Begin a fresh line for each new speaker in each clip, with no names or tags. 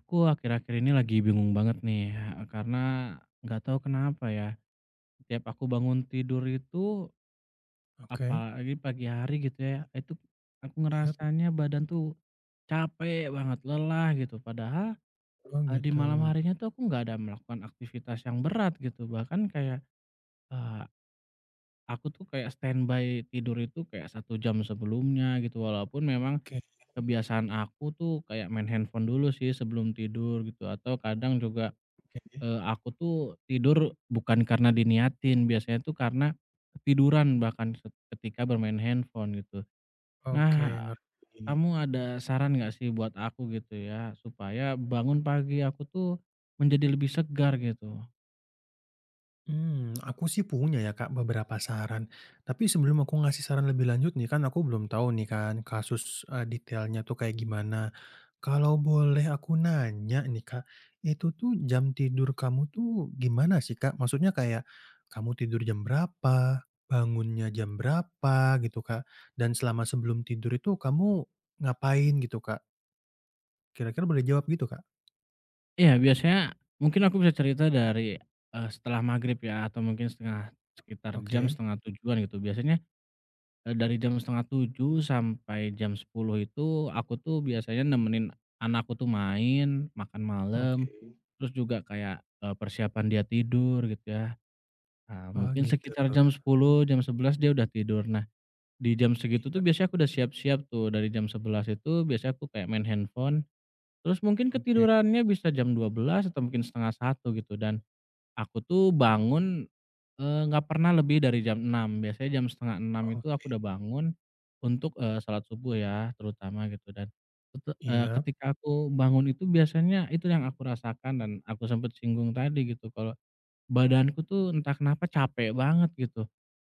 Aku akhir-akhir ini lagi bingung banget nih, karena nggak tahu kenapa ya, tiap aku bangun tidur itu,
Oke,
apalagi pagi hari gitu ya, itu aku
iya,
ngerasanya badan tuh capek banget, lelah gitu. Padahal,
oh
di malam
gitu.
harinya tuh aku nggak ada melakukan aktivitas yang berat gitu, bahkan kayak, eee, aku tuh kayak standby tidur itu kayak satu jam sebelumnya gitu, walaupun memang
Oke,
kebiasaan aku tuh kayak main handphone dulu sih sebelum tidur gitu, atau kadang juga
oke,
Aku tuh tidur bukan karena diniatin, biasanya tuh karena ketiduran bahkan ketika bermain handphone gitu.
oke,
Nah,
ngerti.
kamu ada saran nggak sih buat aku gitu ya, supaya bangun pagi aku tuh menjadi lebih segar gitu?
Aku sih punya ya, Kak, beberapa saran, tapi sebelum aku ngasih saran lebih lanjut nih, kan aku belum tahu nih kan kasus, detailnya tuh kayak gimana. Kalau boleh aku nanya nih, Kak, itu tuh jam tidur kamu tuh gimana sih, Kak? Maksudnya kayak kamu tidur jam berapa, bangunnya jam berapa gitu, Kak? Dan selama sebelum tidur itu kamu ngapain gitu, Kak? Kira-kira boleh jawab gitu, Kak?
Iya, biasanya mungkin aku bisa cerita dari, setelah maghrib ya atau mungkin sekitar
Oke
jam
oke.
setengah tujuan gitu. Biasanya dari jam setengah tujuh sampai jam 10 itu aku tuh biasanya nemenin anakku tuh main, makan malam,
Oke.
terus juga kayak, persiapan dia tidur gitu ya. Nah,
Oh,
mungkin
gitu.
sekitar jam 10 jam 11 dia udah tidur. Nah, di jam segitu tuh biasanya aku udah siap-siap tuh, dari jam 11 itu biasanya aku kayak main handphone, terus mungkin
Oke
ketidurannya bisa jam 12 atau mungkin setengah satu gitu dan aku tuh bangun nggak pernah lebih dari jam enam, biasanya jam setengah enam itu
oke.
aku udah bangun untuk, salat subuh ya, terutama gitu dan
Iya,
ketika aku bangun itu biasanya itu yang aku rasakan dan aku sempet singgung tadi gitu, kalau badanku tuh entah kenapa capek banget gitu,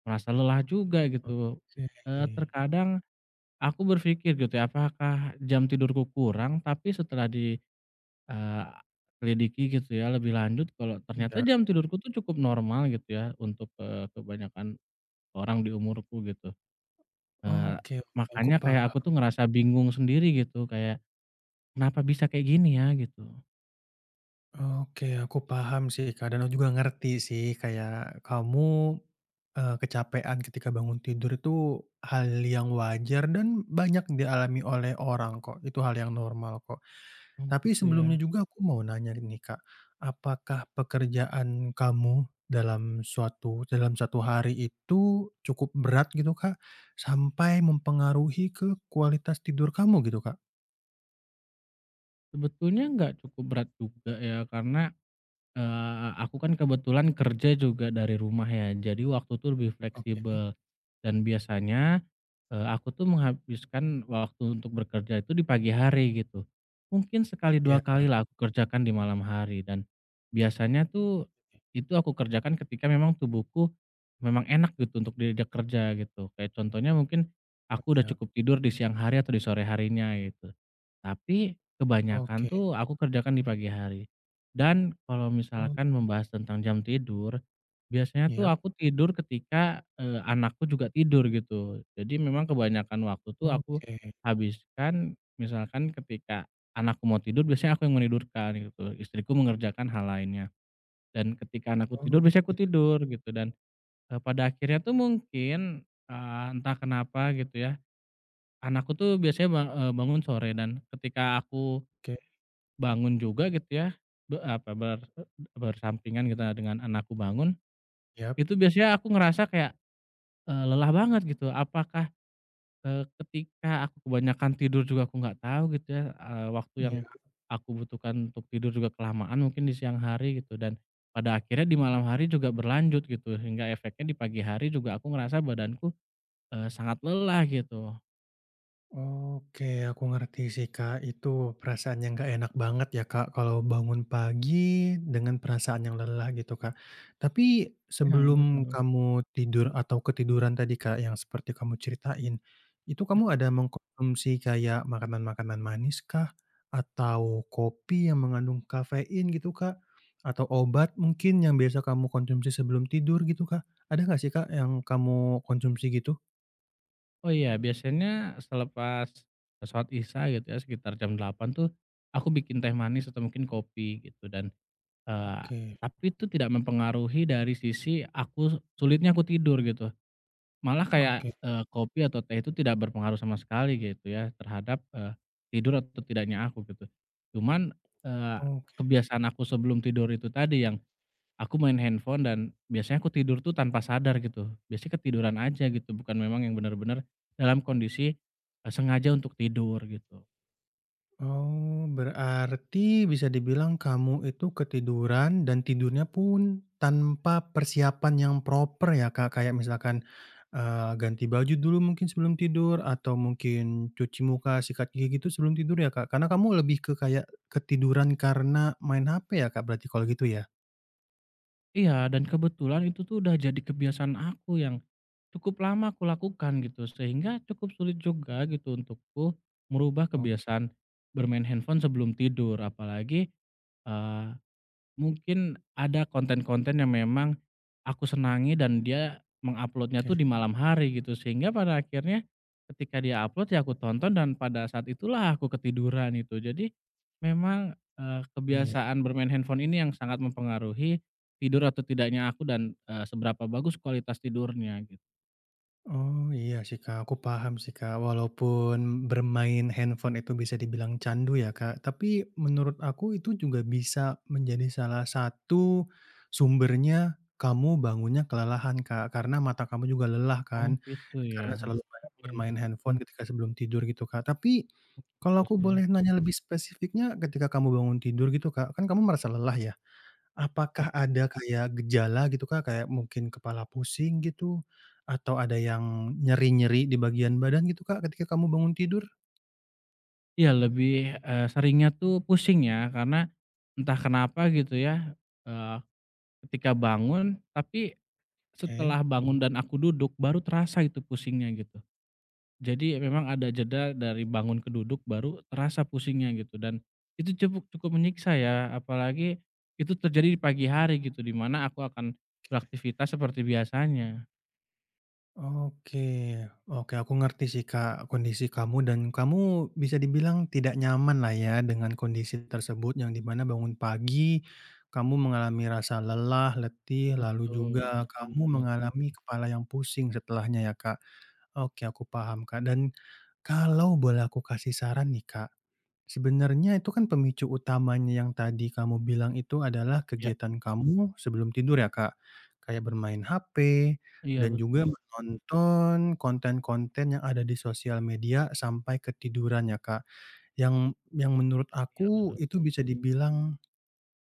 merasa lelah juga gitu.
oke.
Terkadang aku berpikir gitu ya, apakah jam tidurku kurang? Tapi setelah di Eee, selidiki gitu ya lebih lanjut kalau ternyata
Iya.
jam tidurku tuh cukup normal gitu ya untuk, kebanyakan orang di umurku gitu.
Oke
Eee,
oke, aku
Makanya kayak
paham.
aku tuh ngerasa bingung sendiri gitu kayak, "Kenapa bisa kayak gini ya?" gitu.
Oke, aku paham sih, Kak, dan aku juga ngerti sih kayak kamu, kecapean ketika bangun tidur itu hal yang wajar dan banyak dialami oleh orang kok, itu hal yang normal kok.
Oh
Tapi
gitu ya.
sebelumnya juga aku mau nanya nih, Kak, apakah pekerjaan kamu dalam suatu dalam satu hari itu cukup berat gitu, Kak, sampai mempengaruhi ke kualitas tidur kamu gitu, Kak?
Sebetulnya nggak cukup berat juga ya karena aku kan kebetulan kerja juga dari rumah ya, jadi waktu tuh lebih
Oke,
fleksibel. Dan biasanya, aku tuh menghabiskan waktu untuk bekerja itu di pagi hari gitu. Mungkin sekali
iya,
2 kalilah aku kerjakan di malam hari dan biasanya tuh
oke,
itu aku kerjakan ketika memang tubuhku memang enak gitu untuk diajak kerja gitu. Kayak contohnya mungkin
oh
aku udah
iya,
cukup tidur di siang hari atau di sore harinya gitu. Tapi
oke,
kebanyakan tuh aku kerjakan di pagi hari. Dan kalau
oh,
misalkan membahas tentang jam tidur, biasanya tuh
iya,
aku tidur ketika, anakku juga tidur gitu. Jadi memang kebanyakan waktu tuh aku
oke,
habiskan misalkan ketika anakku mau tidur biasanya aku yang menidurkan gitu, istriku mengerjakan hal lainnya. Dan ketika anakku
oh
tidur biasanya aku
gitu,
tidur gitu dan, pada akhirnya tuh mungkin, entah kenapa gitu ya, anakku tuh biasanya bangun sore dan ketika aku
oke,
bangun juga gitu ya, be apa, ber bersampingan gitu dengan anakku bangun,
iya,
itu biasanya aku ngerasa kayak, lelah banget gitu. Apakah, ketika aku kebanyakan tidur juga aku nggak tahu gitu ya, waktu yang
iya.
aku butuhkan untuk tidur juga kelamaan mungkin di siang hari gitu dan pada akhirnya di malam hari juga berlanjut gitu hingga efeknya di pagi hari juga aku ngerasa badanku, sangat lelah gitu.
Oke, aku ngerti sih, Kak. Itu perasaan yang gak enak banget ya, Kak, kalau bangun pagi dengan perasaan yang lelah gitu, Kak. Tapi
Iya,
sebelum
betul.
kamu tidur atau ketiduran tadi, Kak, yang seperti kamu ceritain, itu kamu ada mengkonsumsi kayak makanan-makanan manis kah? Atau kopi yang mengandung kafein gitu, Kak? Atau obat mungkin yang biasa kamu konsumsi sebelum tidur gitu, Kak? Ada nggak sih, Kak, yang kamu konsumsi gitu?
Oh iya, biasanya selepas sholat Isya gitu ya, sekitar jam 8 tuh aku bikin teh manis atau mungkin kopi gitu dan, eee,
Oke,
tapi itu tidak mempengaruhi dari sisi aku sulitnya aku tidur gitu. Malah kayak,
oke.
kopi atau teh itu tidak berpengaruh sama sekali gitu ya terhadap, tidur atau tidaknya aku gitu. Cuman, eee,
Oh.
kebiasaan aku sebelum tidur itu tadi yang aku main handphone dan biasanya aku tidur tuh tanpa sadar gitu. Biasanya ketiduran aja gitu, bukan memang yang benar-benar dalam kondisi, sengaja untuk tidur gitu.
Oh, berarti bisa dibilang kamu itu ketiduran dan tidurnya pun tanpa persiapan yang proper ya, Kak? Kayak misalkan, ganti baju dulu mungkin sebelum tidur atau mungkin cuci muka, sikat gigi gitu sebelum tidur ya, Kak? Karena kamu lebih ke kayak ketiduran karena main HP ya, Kak, berarti kalau gitu ya?
Iya, dan kebetulan itu tuh udah jadi kebiasaan aku yang cukup lama aku lakukan gitu, sehingga cukup sulit juga gitu untukku merubah
Oke
kebiasaan bermain handphone sebelum tidur, apalagi mungkin ada konten-konten yang memang aku senangi dan dia menguploadnya
oke,
tuh di malam hari gitu, sehingga pada akhirnya ketika dia upload ya aku tonton dan pada saat itulah aku ketiduran itu. Jadi memang,
iya.
kebiasaan bermain handphone ini yang sangat mempengaruhi tidur atau tidaknya aku dan, seberapa bagus kualitas tidurnya gitu.
Oh, iya sih, Kak, aku paham sih, Kak. Walaupun bermain handphone itu bisa dibilang candu ya, Kak, tapi menurut aku itu juga bisa menjadi salah satu sumbernya kamu bangunnya kelelahan, Kak, karena mata kamu juga lelah
Oh
kan,
gitu ya.
karena selalu banyak bermain
Mmm,
handphone ketika sebelum tidur gitu, Kak. Tapi kalau
betul
aku
sih.
boleh nanya lebih spesifiknya ketika kamu bangun tidur gitu, Kak, kan kamu merasa lelah ya?
Ya,
Apakah ada kayak gejala gitu, Kak? Kayak mungkin kepala pusing gitu, atau ada yang nyeri-nyeri di bagian badan gitu, Kak, ketika kamu bangun tidur?
iya, lebih, seringnya tuh pusing ya karena entah kenapa gitu ya, eh, ketika bangun, tapi
Oke.
setelah bangun dan aku duduk, baru terasa itu pusingnya gitu. Jadi memang ada jeda dari bangun ke duduk baru terasa pusingnya gitu dan itu cukup cukup menyiksa ya, apalagi itu terjadi di pagi hari gitu, di mana aku akan beraktivitas seperti biasanya.
Oke oke, aku ngerti sih, Kak, kondisi kamu dan kamu bisa dibilang tidak nyaman lah ya dengan kondisi tersebut yang dimana bangun pagi, kamu mengalami rasa lelah, letih, lalu
Betul,
juga
betul
kamu
banget.
mengalami kepala yang pusing setelahnya ya, Kak. Oke, aku paham, Kak. Dan kalau boleh aku kasih saran nih, Kak, sebenarnya itu kan pemicu utamanya yang tadi kamu bilang itu adalah
Iya,
kegiatan kamu sebelum tidur ya, Kak? Kayak bermain HP
iya,
dan
betul,
juga menonton konten-konten yang ada di sosial media sampai ketiduran ya, Kak. Yang menurut
iya,
aku
betul.
itu bisa dibilang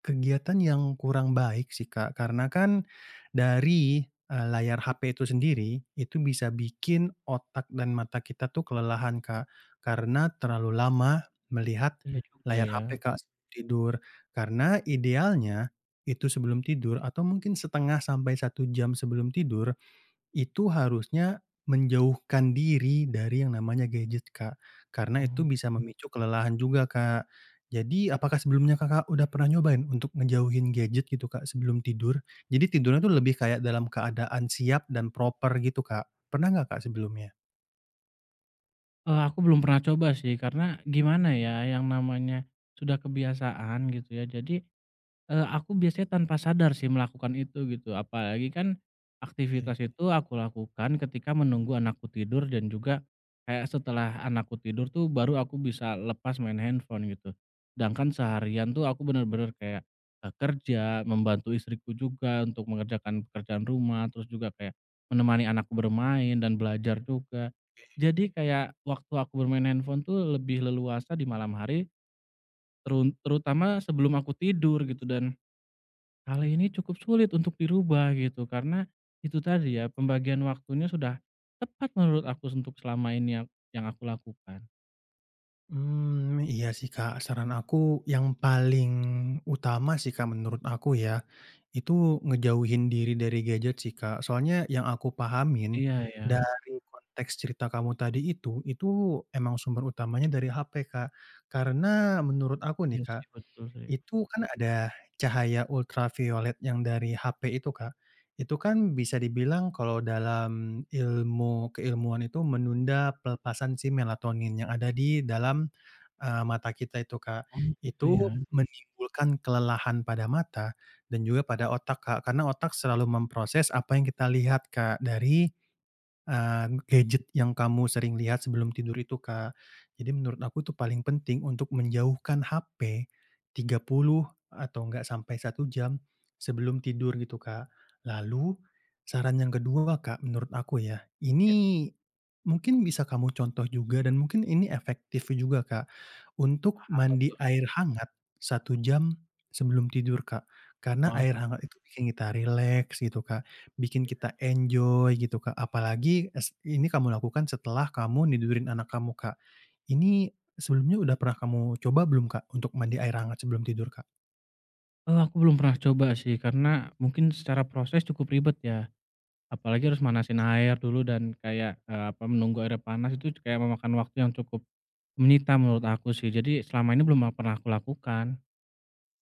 kegiatan yang kurang baik sih, Kak, karena kan dari, layar HP itu sendiri, itu bisa bikin otak dan mata kita tuh kelelahan, Kak, karena terlalu lama melihat
Iya juga
layar
ya.
HP, Kak, sebelum tidur. Karena idealnya itu sebelum tidur atau mungkin setengah sampai 1 jam sebelum tidur itu harusnya menjauhkan diri dari yang namanya gadget, Kak, karena itu
Oh,
bisa memicu kelelahan juga, Kak. Jadi apakah sebelumnya Kakak udah pernah nyobain untuk ngejauhin gadget gitu, Kak, sebelum tidur? Jadi tidurnya tuh lebih kayak dalam keadaan siap dan proper gitu, Kak. Pernah nggak, Kak, sebelumnya?
aku belum pernah coba sih karena gimana ya, yang namanya sudah kebiasaan gitu ya, jadi aku biasanya tanpa sadar sih melakukan itu gitu, apalagi kan aktivitas itu aku lakukan ketika menunggu anakku tidur dan juga kayak setelah anakku tidur tuh baru aku bisa lepas main handphone gitu. Sedangkan seharian tuh aku bener-bener kayak, kerja, membantu istriku juga untuk mengerjakan pekerjaan rumah, terus juga kayak menemani anakku bermain dan belajar juga. Jadi kayak waktu aku bermain handphone tuh lebih leluasa di malam hari, terutama sebelum aku tidur gitu dan hal ini cukup sulit untuk dirubah gitu, karena itu tadi ya, pembagian waktunya sudah tepat menurut aku untuk selama ini yang aku lakukan.
Mmm, iya sih, Kak, saran aku yang paling utama sih, Kak, menurut aku ya, itu ngejauhin diri dari gadget sih, Kak. Soalnya yang aku pahamin
Iya ya,
dari konteks cerita kamu tadi itu emang sumber utamanya dari HP, Kak. Karena menurut aku nih,
iya
Kak,
sih, betul sih.
itu kan ada cahaya ultraviolet yang dari HP itu, Kak. Itu kan bisa dibilang kalau dalam ilmu keilmuan itu menunda pelepasan si melatonin yang ada di dalam, mata kita itu, Kak.
Oh gitu
Itu
ya?
Menimbulkan kelelahan pada mata dan juga pada otak, Kak, karena otak selalu memproses apa yang kita lihat, Kak, dari gadget yang kamu sering lihat sebelum tidur itu, Kak. Jadi menurut aku tuh paling penting untuk menjauhkan HP puluh atau enggak sampai 1 jam sebelum tidur gitu, Kak. Lalu saran yang kedua, Kak, menurut aku ya,
Ya,
ini mungkin bisa kamu contoh juga dan mungkin ini efektif juga, Kak, untuk
wah apa
mandi
tuh?
air hangat 1 jam sebelum tidur, Kak. Karena
Wah,
air hangat itu bikin kita rileks gitu, Kak. Bikin kita enjoy gitu, Kak. Apalagi es ini kamu lakukan setelah kamu tidurin anak kamu, Kak. Ini sebelumnya udah pernah kamu coba belum, Kak, untuk mandi air hangat sebelum tidur, Kak?
aku belum pernah coba sih, karena mungkin secara proses cukup ribet ya, apalagi harus manasin air dulu dan kayak, apa, menunggu air panas itu kayak memakan waktu yang cukup menyita menurut aku sih, jadi selama ini belum pernah aku lakukan.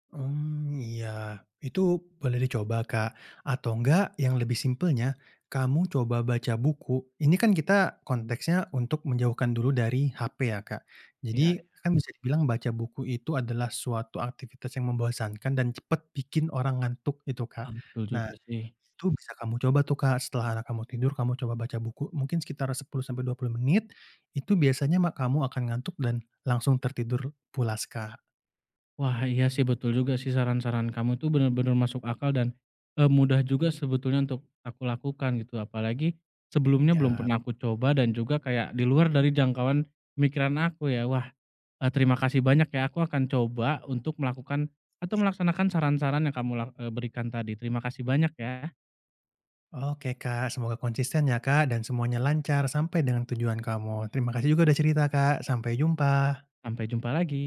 Hmm, iya. Itu boleh dicoba, Kak. Atau enggak yang lebih simpelnya, kamu coba baca buku. Ini kan kita konteksnya untuk menjauhkan dulu dari HP ya, Kak.
Iya,
Jadi kan bisa dibilang baca buku itu adalah suatu aktivitas yang membosankan dan cepat bikin orang ngantuk itu,
iya,
Kak.
betul
Nah,
juga sih.
itu bisa kamu coba tuh, Kak, setelah anak kamu tidur kamu coba baca buku mungkin sekitar 10 sampai 20 menit, itu biasanya kamu akan ngantuk dan langsung tertidur pulas, Kak.
Wah, iya sih, betul juga sih, saran-saran kamu itu benar-benar masuk akal dan, mudah juga sebetulnya untuk aku lakukan gitu. Apalagi sebelumnya belum pernah aku coba dan juga kayak di luar dari jangkauan pemikiran aku ya. Wah, terima kasih banyak ya, aku akan coba untuk melakukan atau melaksanakan saran-saran yang kamu berikan tadi. Terima kasih banyak ya.
Oke, Kak, semoga konsisten ya, Kak, dan semuanya lancar sampai dengan tujuan kamu. Terima kasih juga udah cerita, Kak, sampai jumpa.
Sampai jumpa lagi.